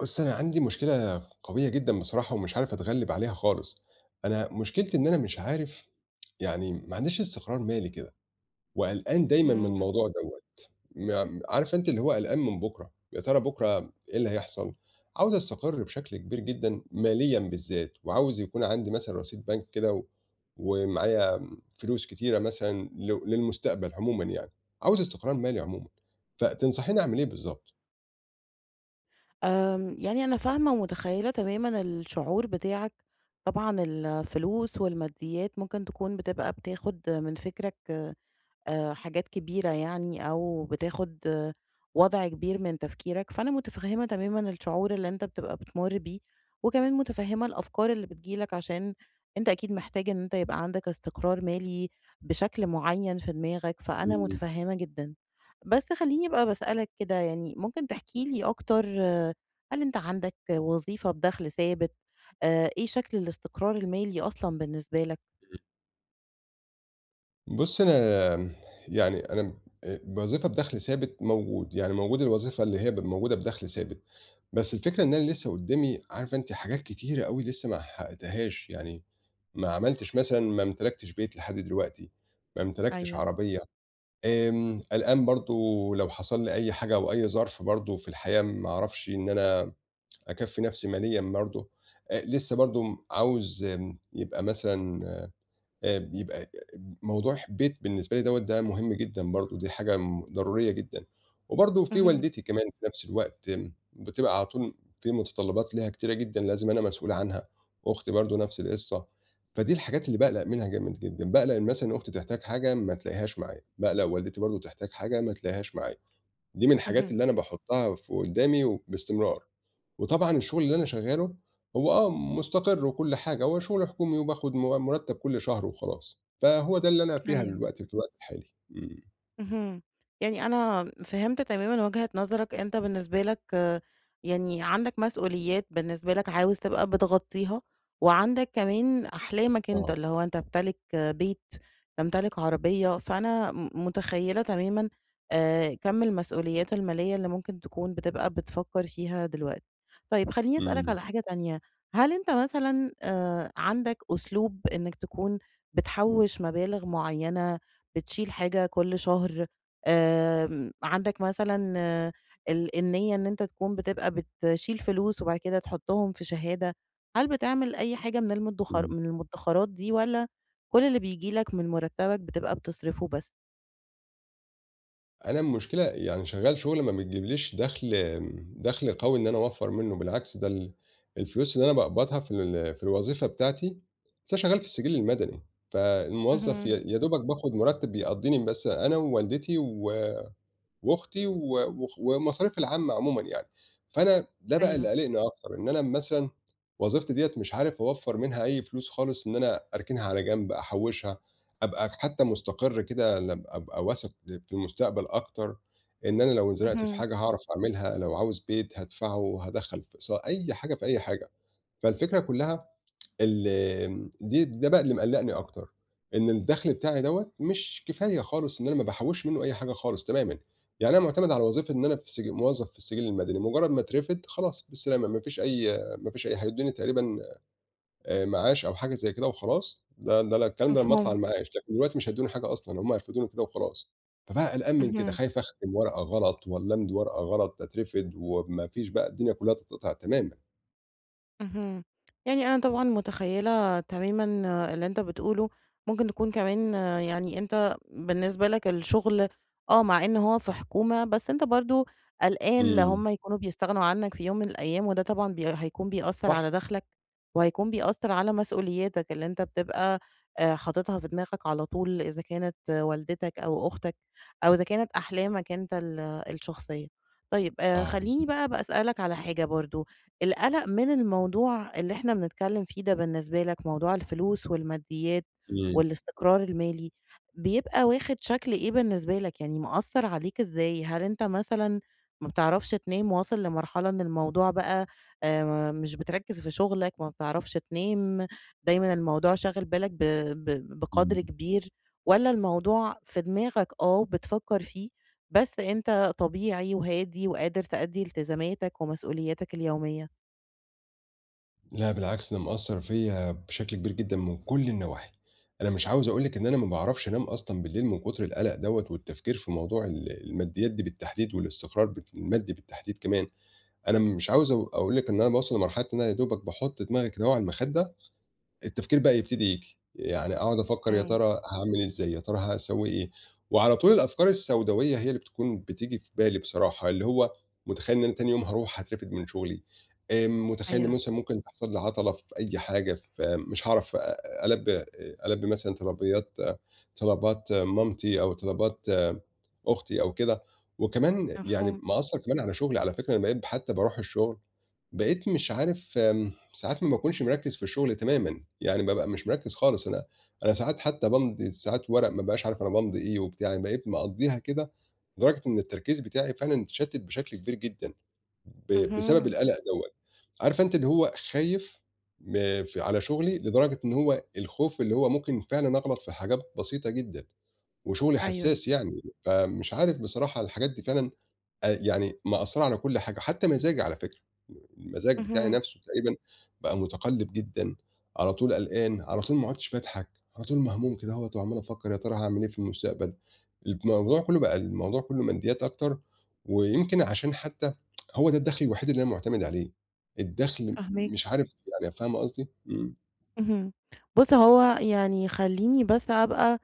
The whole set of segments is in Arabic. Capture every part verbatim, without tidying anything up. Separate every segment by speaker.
Speaker 1: بُص، أنا عندي مشكلة قوية جدًا بصراحة ومش عارف أتغلِّب عليها خالص. أنا مشكلتي إن أنا مش عارف يعني ما عنديش استقرار مالي كده وقلقان دايمًا من
Speaker 2: اهم.
Speaker 1: الموضوع دوّة. م عارفة أنتِ اللي هو قلقان من بُكرة، يا ترى بُكرة إيه اللي هيحصل؟ عاوز أستقر بشكل كبير جدًا ماليًا بالذات وعاوز يكون عندي مثلًا رصيد بنك كده و ومعايا فلوس كتيرة مثلًا ل للمستقبل عمومًا يعني. عاوز استقرار مالي عمومًا، فتنصحيني أعمل إيه بالضبط؟
Speaker 2: آمم، يعني أنا فاهمة ومتخيّلة تمامًا الشعور بتاعك، طبعًا الفلوس والماديات ممكن تكون بتبقى بتاخد من فكرك آآ حاجات كبيرة يعني أو بتاخد آه، وضع كبير من تفكيرك، فأنا متفهمة تمامًا الشعور اللي أنت بتبقى بتمُر بيه، وكمان متفهمة الأفكار اللي بتيجي لك عشان أنت أكيد محتاج إن أنت يبقى عندك استقرار مالي بشكل معين في دماغك، فأنا متفهمة جدًا. بس خلّيني أبقى باسألك كده يعني ممكن تحكي لي أكتر آه، هل أنت عندك وظيفة بدخل ثابت؟ آآ إيه شكل الاستقرار المالي أصلًا بالنسبة لك؟
Speaker 1: بُصّي، أنا آمم، يعني أنا ب آآ، وظيفة بدَخْل ثابت موجود، يعني موجود الوظيفة اللي هي ب موجودة بدَخْل ثابت، بس الفكرة إن أنا لسه قُدّامي عارفة أنتِ حاجات كتيرة أوي لسه ما حققتهاش، يعني ما عملتش مثلًا ما امتلكتش بيت لحد دلوقتي، ما امتلكتش
Speaker 2: أيوه.
Speaker 1: عربية، آمم، قلقان برضه لو حصل لي أي حاجة أو أي ظرف برضه في الحياة ما أعرفش إن أنا أكفّي نَفْسي ماليًا برضه، آآ، لسه برضه م عاوز آمم، يبقى مثلًا آآ بيبقى موضوع بيت بالنسبة لي دوّة ده مهم جدًا برضه، دي حاجة م ضرورية جدًا، وبرضه في
Speaker 2: اهم.
Speaker 1: والدتي كمان في نفس الوقت آمم، بتبقى على طول في متطلبات ليها كتيرة جدًا لازم أنا مسؤول عنها، أختي برضه نفس القصة، فدي الحاجات اللي باقلق منها جامد جدًا، باقلق إن مثلًا أختي تحتاج حاجة ما تلاقيهاش معايا، باقلق والدتي برضه تحتاج حاجة ما تلاقيهاش معايا، دي من الحاجات
Speaker 2: اهم.
Speaker 1: اللي أنا باحطها في قدّامي وباستمرار. وطبعًا الشغل اللي أنا شغّاله هو آه مُستقر وكل حاجة، هو شغل حكومي وباخد م مُرتّب كل شهر وخلاص، فهو ده اللي أنا فيها
Speaker 2: أيوه.
Speaker 1: دلوقتي في الوقت الحالي. إمم.
Speaker 2: اهم. يعني أنا فهمت تمامًا وجهة نظرك، أنت بالنسبة لك آه، يعني عندك مسؤوليات بالنسبة لك عاوز تبقى بتغطّيها، وعندك كمان أحلامك أنت،
Speaker 1: آه.
Speaker 2: اللي هو أنت تمتلك آه، بيت، تمتلك عربية، فأنا م متخيّلة تمامًا آآ كَم المسؤوليات المالية اللي ممكن تكون بتبقى بتفكّر فيها دلوقتي. طيب خلّيني أسألك
Speaker 1: إمم،
Speaker 2: على حاجة تانية، هل أنت مثلًا آآ عندك أسلوب إنّك تكون بتحوّش مبالغ معيّنة بتشيل حاجة كل شهر آمم، عندك مثلًا آه، ال النية إن أنت تكون بتبقى بتشيل فلوس وبعد كده تحطهم في شهادة، هل بتعمل أي حاجة من المدخر
Speaker 1: إمم.
Speaker 2: من المدخرات دي والّا كل اللي بييجي لك من مرتبك بتبقى بتصرفه بس؟
Speaker 1: أنا المشكلة يعني شغّال شغل ما بتجيبليش دَخْل آمم، دَخْل قوي إن أنا أوفّر منّه، بالعكس ده ال الفلوس اللي أنا باقبضها في ال في الوظيفة بتاعتي أصل أنا شغّال في السجِّل المدني، فالموظف ي
Speaker 2: اهم.
Speaker 1: يا دوبك باخد مُرتّب يقضّيني بس أنا ووالدتي و وأختي و وخ ومصاريف العامة عمومًا يعني. فأنا ده بقى اللي
Speaker 2: أيوه.
Speaker 1: قالقني أكتر، إن أنا مثلًا وظيفتي ديّة مش عارف أوفّر منها أي فلوس خالص إن أنا أركنها على جنب، أحوّشها، أبقى حتى مستقر كده لم أبقى واثق في المستقبل أكتر، إن أنا لو انزنقت في
Speaker 2: اهم.
Speaker 1: حاجة هاعرف أعملها، لو عاوز بيت هادفعه، هادخّل في إيصا أي حاجة في أي حاجة. فالفكرة كلّها ال آمم، دي ده بقى اللي مقلّقني أكتر، إن الدخل بتاعي دوّة مش كفاية خالص إن أنا ما باحوّش منّه أي حاجة خالص تمامًا، يعني أنا معتمد على وظيفة إن أنا في سجي موظف في السجل المدني، مجرّد ما اترفد خلاص بالسلامة، ما فيش أي ما فيش أي هيدّوني تقريبًا آآ، معاش أو حاجة زي كده وخلاص، ده ده ل الكلام ده لمّا أطلع
Speaker 2: مفهوم.
Speaker 1: المعاش، لكن دلوقتي مش هيدّوني حاجة أصلًا، هم هيرفدوني كده وخلاص، فبقى قلقان من كده،
Speaker 2: اهم.
Speaker 1: خايف أختم ورقة غلط والّا أمضي ورقة غلط أترفد وما فيش بقى الدنيا كلّها تتقطع تمامًا.
Speaker 2: اهم. يعني أنا طبعًا متخيّلة تمامًا اللي أنت بتقوله، ممكن تكون كمان يعني أنت بالنسبة لك الشغل آه، مع إن هو في حكومة، بس أنت برضه قلقان لا
Speaker 1: إمم،
Speaker 2: هم يكونوا بيستغنوا عنّك في يوم من الأيام، وده طبعًا بي هيكون بيأثّر
Speaker 1: صح،
Speaker 2: على دخلك، وهيكون بيأثّر على مسؤولياتك اللي أنت بتبقى آآ حاططها في دماغك على طول، إذا كانت والدتك أو أختك أو إذا كانت أحلامك أنت ال الشخصية. طيب آآ
Speaker 1: آه
Speaker 2: خلّيني
Speaker 1: بالضبط،
Speaker 2: بقى باسألك على حاجة برضه. القلق من الموضوع اللي إحنا بنتكلم فيه ده بالنسبة لك، موضوع الفلوس والماديات
Speaker 1: إمم،
Speaker 2: والاستقرار المالي، بيبقى واخد شكل إيه بالنسبة لك؟ يعني مأثّر عليك إزاي؟ هل أنت مثلًا ما بتعرفش تنام، واصل لمرحلة إن الموضوع بقى آآ مش بتركّز في شغلك، ما بتعرفش تنام، دايمًا الموضوع شاغل بالك ب ب بقدر
Speaker 1: إمم.
Speaker 2: كبير، والّا الموضوع في دماغك آه، بتفكّر فيه، بس أنت طبيعي وهادي وقادر تأدّي التزاماتك ومسؤولياتك اليومية؟
Speaker 1: لأ بالعكس، ده مأثّر فيّا بشكل كبير جدًا من كل النواحي، أنا مش عاوز أقول لِك إن أنا ما باعرفش أنام أصلًا بالليل من كتر القلق دوّة والتفكير في موضوع ال الماديات دي بالتحديد والاستقرار بالت المادي بالتحديد كمان، أنا مش عاوز أو أقول لِك إن أنا باوصل لمرحلة إن أنا يا دوبك باحط دماغي كده أهو على المخدة التفكير بقى يبتدي ييجي، يعني أقعد أفكّر يا
Speaker 2: إمم.
Speaker 1: ترى هاعمل إزاي، يا ترى هاسوّي إيه، وعلى طول الأفكار السوداوية هي اللي بتكون بتيجي في بالي بصراحة، اللي هو متخيّل إن أنا تاني يوم هاروح هاترفد من شغلي، آآ، متخيّل إن
Speaker 2: أيوه.
Speaker 1: مثلًا ممكن تحصل لي عطلة في أي حاجة، فمش هاعرف أ ألبّي آآ، ألبّي مثلًا طلبيات طلبات مامتي أو طلبات أختي أو كده، وكمان يعني
Speaker 2: مفهوم.
Speaker 1: مأثّر كمان على شغلي على فكرة، أنا بقيت حتى باروح الشغل بقيت مش عارف آمم ساعات ما باكونش مركّز في الشغل تمامًا، يعني بابقى مش مركّز خالص، أنا أنا ساعات حتى بامضي ساعات ورق ما بابقاش عارف أنا بامضي إيه وبتاع، يعني بقيت مقضّيها كده لدرجة إن التركيز بتاعي فعلًا اتشتّت بشكل كبير جدًا ب بسبب
Speaker 2: اهم.
Speaker 1: القلق دوّة. عارفة أنتِ اللي هو خايف م ف على شغلي لدرجة إن هو الخوف اللي هو ممكن فعلًا أغلط في حاجات بسيطة جدًا وشغلي
Speaker 2: أيوه.
Speaker 1: حسّاس يعني، فمش عارف بصراحة الحاجات دي فعلًا آآ يعني مأثّرة على كل حاجة، حتى مزاجي على فكرة، المزاج بتاعي
Speaker 2: اهم.
Speaker 1: نَفْسه تقريبًا بقى مُتقلِّب جدًا، على طول قلقان، على طول ما عُدتش باضحك، على طول مهموم كده أهوّة وعمّال أفكّر يا ترى هاعمل إيه في المستقبل، الموضوع كُلّه بقى الموضوع كُلّه ماديّات أكتر، ويمكن عشان حتى هو ده الدخْل الوحيد اللي أنا مُعتمد عليه، الدخْل مش
Speaker 2: فاهماك.
Speaker 1: عارف يعني فاهمة قصدي؟ إمم.
Speaker 2: اهم. بُص هو يعني خلّيني بس أبقى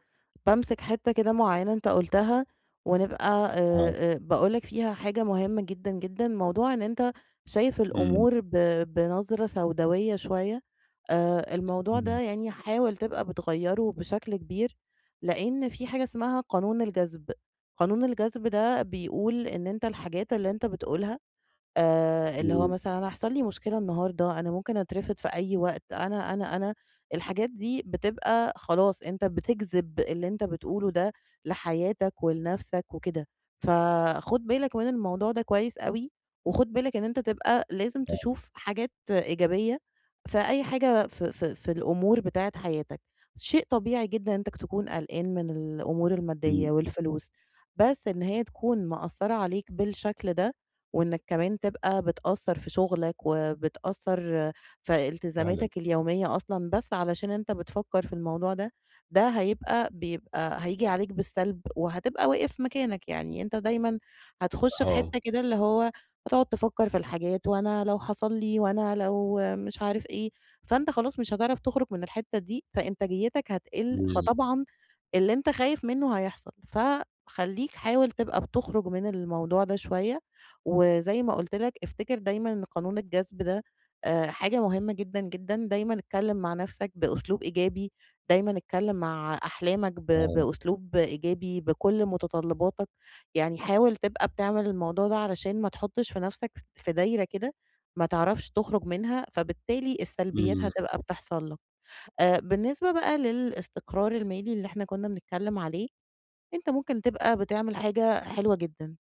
Speaker 2: بامسك حتّة كده معيّنة أنت قُلتها، ونبقى آآ،
Speaker 1: آه.
Speaker 2: آآ، باقول لك فيها حاجة مهمة جدًا، جدًا، موضوع إن أنت شايف
Speaker 1: إمم.
Speaker 2: الأمور ب بنظرة سوداوية شوية، آآ، الموضوع
Speaker 1: إمم.
Speaker 2: ده يعني حاول تبقى بتغيّره بشكل كبير، لإن في حاجة اسمها قانون الجذب، قانون الجذب ده بيقول إن أنت الحاجات اللي أنت بتقولها آآ اللي هو
Speaker 1: إمم.
Speaker 2: مثلًا أنا هيحصل لي مشكلة النهارده، أنا ممكن أترفد في أي وقت، أنا، أنا، أنا، الحاجات دي بتبقى خلاص أنت بتجذب اللي أنت بتقوله ده لحياتك ولنفسك وكده، فخُد بالك من الموضوع ده كويس أوي، وخُد بالك إن أنت تبقى لازم
Speaker 1: آه.
Speaker 2: تشوف حاجات إيجابية في أي حاجة في في في الأمور بتاعة حياتك، شيء طبيعي جدًا إنك تكون قلقان من الأمور
Speaker 1: إمم.
Speaker 2: المادية والفلوس، بس إن هي تكون مأثّرة عليك بالشكل ده وإنك كمان تبقى بتأثّر في شغلك، وبتأثّر في
Speaker 1: فعلًا.
Speaker 2: التزاماتك اليومية أصلًا بس علشان أنت بتفكّر في الموضوع ده، ده هيبقى بيبقى هييجي عليك بالسلب، وهتبقى واقف مكانك، يعني أنت دايمًا هتخُش في
Speaker 1: آه.
Speaker 2: حتّة كده اللي هو هتقعد تفكّر في الحاجات، وأنا لو حصل لي، وأنا لو مش عارف إيه، فأنت خلاص مش هتعرف تخرج من الحتّة دي، فإنتاجيتك هتقِل،
Speaker 1: إمم.
Speaker 2: فطبعًا اللي أنت خايف منّه هيحصل، فخلّيك حاول تبقى بتخرج من الموضوع ده شوية، وزي ما قُلت لك افتكر دايمًا إن قانون الجذب ده آآ حاجة مهمة جدًا، جدًا، دايمًا اتكلّم مع نَفْسك بأسلوب إيجابي، دايمًا اتكلّم مع أحلامك ب
Speaker 1: آه.
Speaker 2: بأسلوب إيجابي بكل متطلّباتك، يعني حاول تبقى بتعمل الموضوع ده علشان ما تحطّش في نَفْسك ف في دايرة كده ما تعرفش تخرج منها، فبالتالي السلبيات
Speaker 1: إمم.
Speaker 2: هتبقى بتحصل لك. آآ بالنسبة بقى للاستقرار المالي اللي إحنا كنا بنتكلم عليه، أنت ممكن تبقى بتعمل حاجة حلوة جدًا،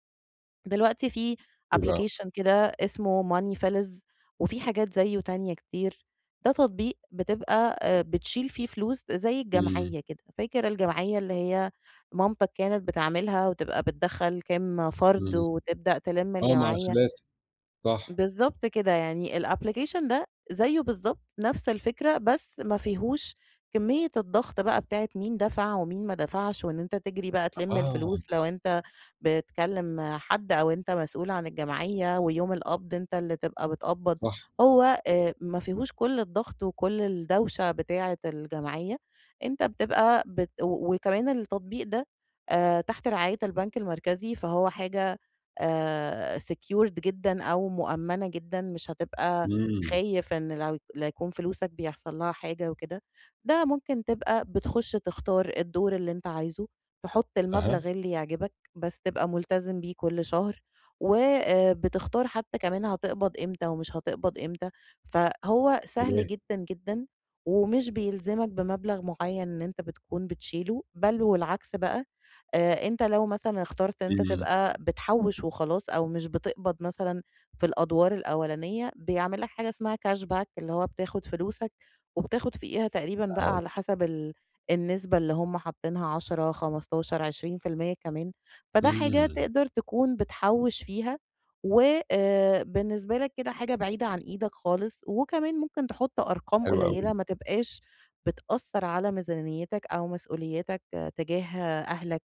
Speaker 2: دلوقتي في
Speaker 1: إيه بقى؟
Speaker 2: application كده اسمه moneyFelix وفي حاجات زيه تانية كتير، ده تطبيق بتبقى آآ بتشيل فيه فلوس زي
Speaker 1: إمم.
Speaker 2: الجمعية كده، فاكر الجمعية اللي هي مامتك كانت بتعملها وتبقى بتدخّل كام فرد
Speaker 1: إمم.
Speaker 2: وتبدأ تلِم
Speaker 1: آه، مع
Speaker 2: الجمعية؟
Speaker 1: خالاتِك صح،
Speaker 2: بالضبط كده، يعني الapplication ده زيّه بالضبط، نفس الفكرة، بس ما فيهوش كمية الضغط بقى بتاعة مين دفع ومين ما دفعش، وإن أنت تجري بقى تلِم
Speaker 1: آه،
Speaker 2: الفلوس لو أنت بتكلم حد أو أنت مسؤول عن الجمعية ويوم القبض أنت اللي تبقى بتقبض،
Speaker 1: صح،
Speaker 2: هو آآ ما فيهوش كل الضغط وكل الدوشة بتاعة الجمعية، أنت بتبقى بت و وكمان التطبيق ده آآ تحت رعاية البنك المركزي، فهو حاجة آآ secured جدًا أو مؤمنة جدًا، مش هتبقى
Speaker 1: إمم،
Speaker 2: خايف إن لو لا يكون فلوسك بيحصل لها حاجة وكده، ده ممكن تبقى بتخش تختار الدور اللي أنت عايزه، تحط
Speaker 1: أها،
Speaker 2: المبلغ اللي يعجبك. بس تبقى ملتزم بيه كل شهر، وبتختار حتى كمان هتقبض إمتى ومش هتقبض إمتى، فهو سهل
Speaker 1: تمام،
Speaker 2: جدًا، جدًا، ومش بيلزمك بمبلغ معين إن أنت بتكون بتشيله، بل والعكس بقى آآ، أنت لو مثلًا اخترت إن أنت
Speaker 1: إمم،
Speaker 2: تبقى بتحوّش وخلاص أو مش بتقبض مثلًا في الأدوار الأولانية، بيعمل لك حاجة اسمها cash back اللي هو بتاخد فلوسك وبتاخد فوقيها تقريبًا بقى
Speaker 1: فهمت،
Speaker 2: على حسب ال النسبة اللي هم حاطينها عشرة، خمستاشر، عشرين في المية كمان، فده حاجة
Speaker 1: إمم،
Speaker 2: تقدر تكون بتحوّش فيها و آآ، بالنسبة لك كده حاجة بعيدة عن إيدك خالص، وكمان ممكن تحط أرقام
Speaker 1: حلو أوي،
Speaker 2: قليلة ما تبقاش بتأثّر على ميزانيتك أو مسؤولياتك آه، تجاه أهلك.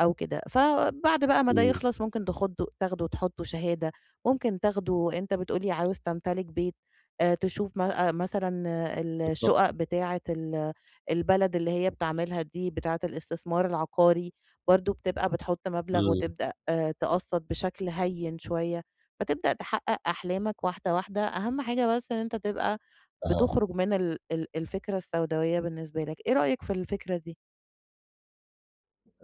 Speaker 2: أو كده. فبعد بقى ما ده
Speaker 1: إمم،
Speaker 2: يخلص ممكن تاخده تاخده تحطه شهادة، ممكن تاخده أنت بتقول لي عاوز تمتلك بيت، آآ تشوف م آآ مثلًا آه،
Speaker 1: بالضبط،
Speaker 2: الشُقق بتاعة ال البلد اللي هي بتعملها دي بتاعة الاستثمار العقاري، برضه بتبقى بتحط مبلغ
Speaker 1: إمم،
Speaker 2: وتبدأ آآ تقسّط بشكل هيّن شوية، فتبدأ تحقق أحلامك واحدة، واحدة. أهم حاجة بس إن أنت تبقى
Speaker 1: أها.
Speaker 2: بتخرج من ال ال الفكرة السوداوية بالنسبة لك. إيه رأيك في الفكرة دي؟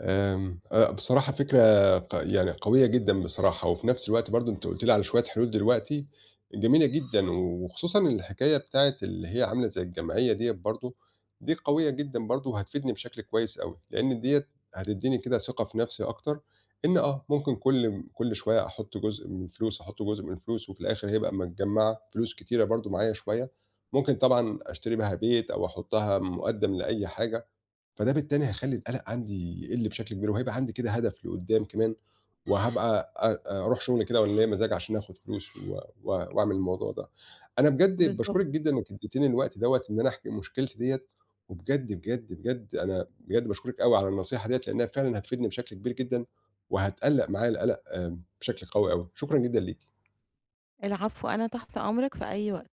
Speaker 1: آمم، آآ، بصراحة فكرة ق يعني قوية جدًا بصراحة، وفي نفس الوقت برضه أنتِ قلتِ لي على شوية حلول دلوقتي جميلة جدًا، وخصوصًا الحكاية بتاعة اللي هي عاملة زي الجمعية ديّة برضه، دي قوية جدًا برضه وهتفيدني بشكل كويس أوي، لإن ديّة هتدّيني كده ثقة في نفسي أكتر، إن آه، ممكن كل كل شوية أحط جزء من الفلوس، أحط جزء من الفلوس، وفي الآخر هيبقى متجمّعة فلوس كتيرة برضه معايا شوية، ممكن طبعًا أشتري بيها بيت أو أحطها مقدّم لأي حاجة. فده بالتالي هيخلّي القلق عندي يقِل بشكل كبير، وهيبقى عندي كده هدف لقدّام كمان، إمم. وهابقى أ أروح شغل كده وأنا ليّا مزاج عشان آخد فلوس و و وأعمل الموضوع ده. أنا بجد
Speaker 2: بالضبط.
Speaker 1: باشكرِك جدًا إنِّك ادّيتيني الوقت دوّة إن أنا أحكي مشكلتي ديّة، وبجد، بجد، بجد أنا بجد باشكرِك أوي على النصيحة ديّة، لإنها فعلًا هتفيدني بشكل كبير جدًا، وهتقلّق معايا القلق آمم بشكل قوي أوي. شكرًا جدًا ليكِ.
Speaker 2: العفو، أنا تحت أمرك في أي وقت.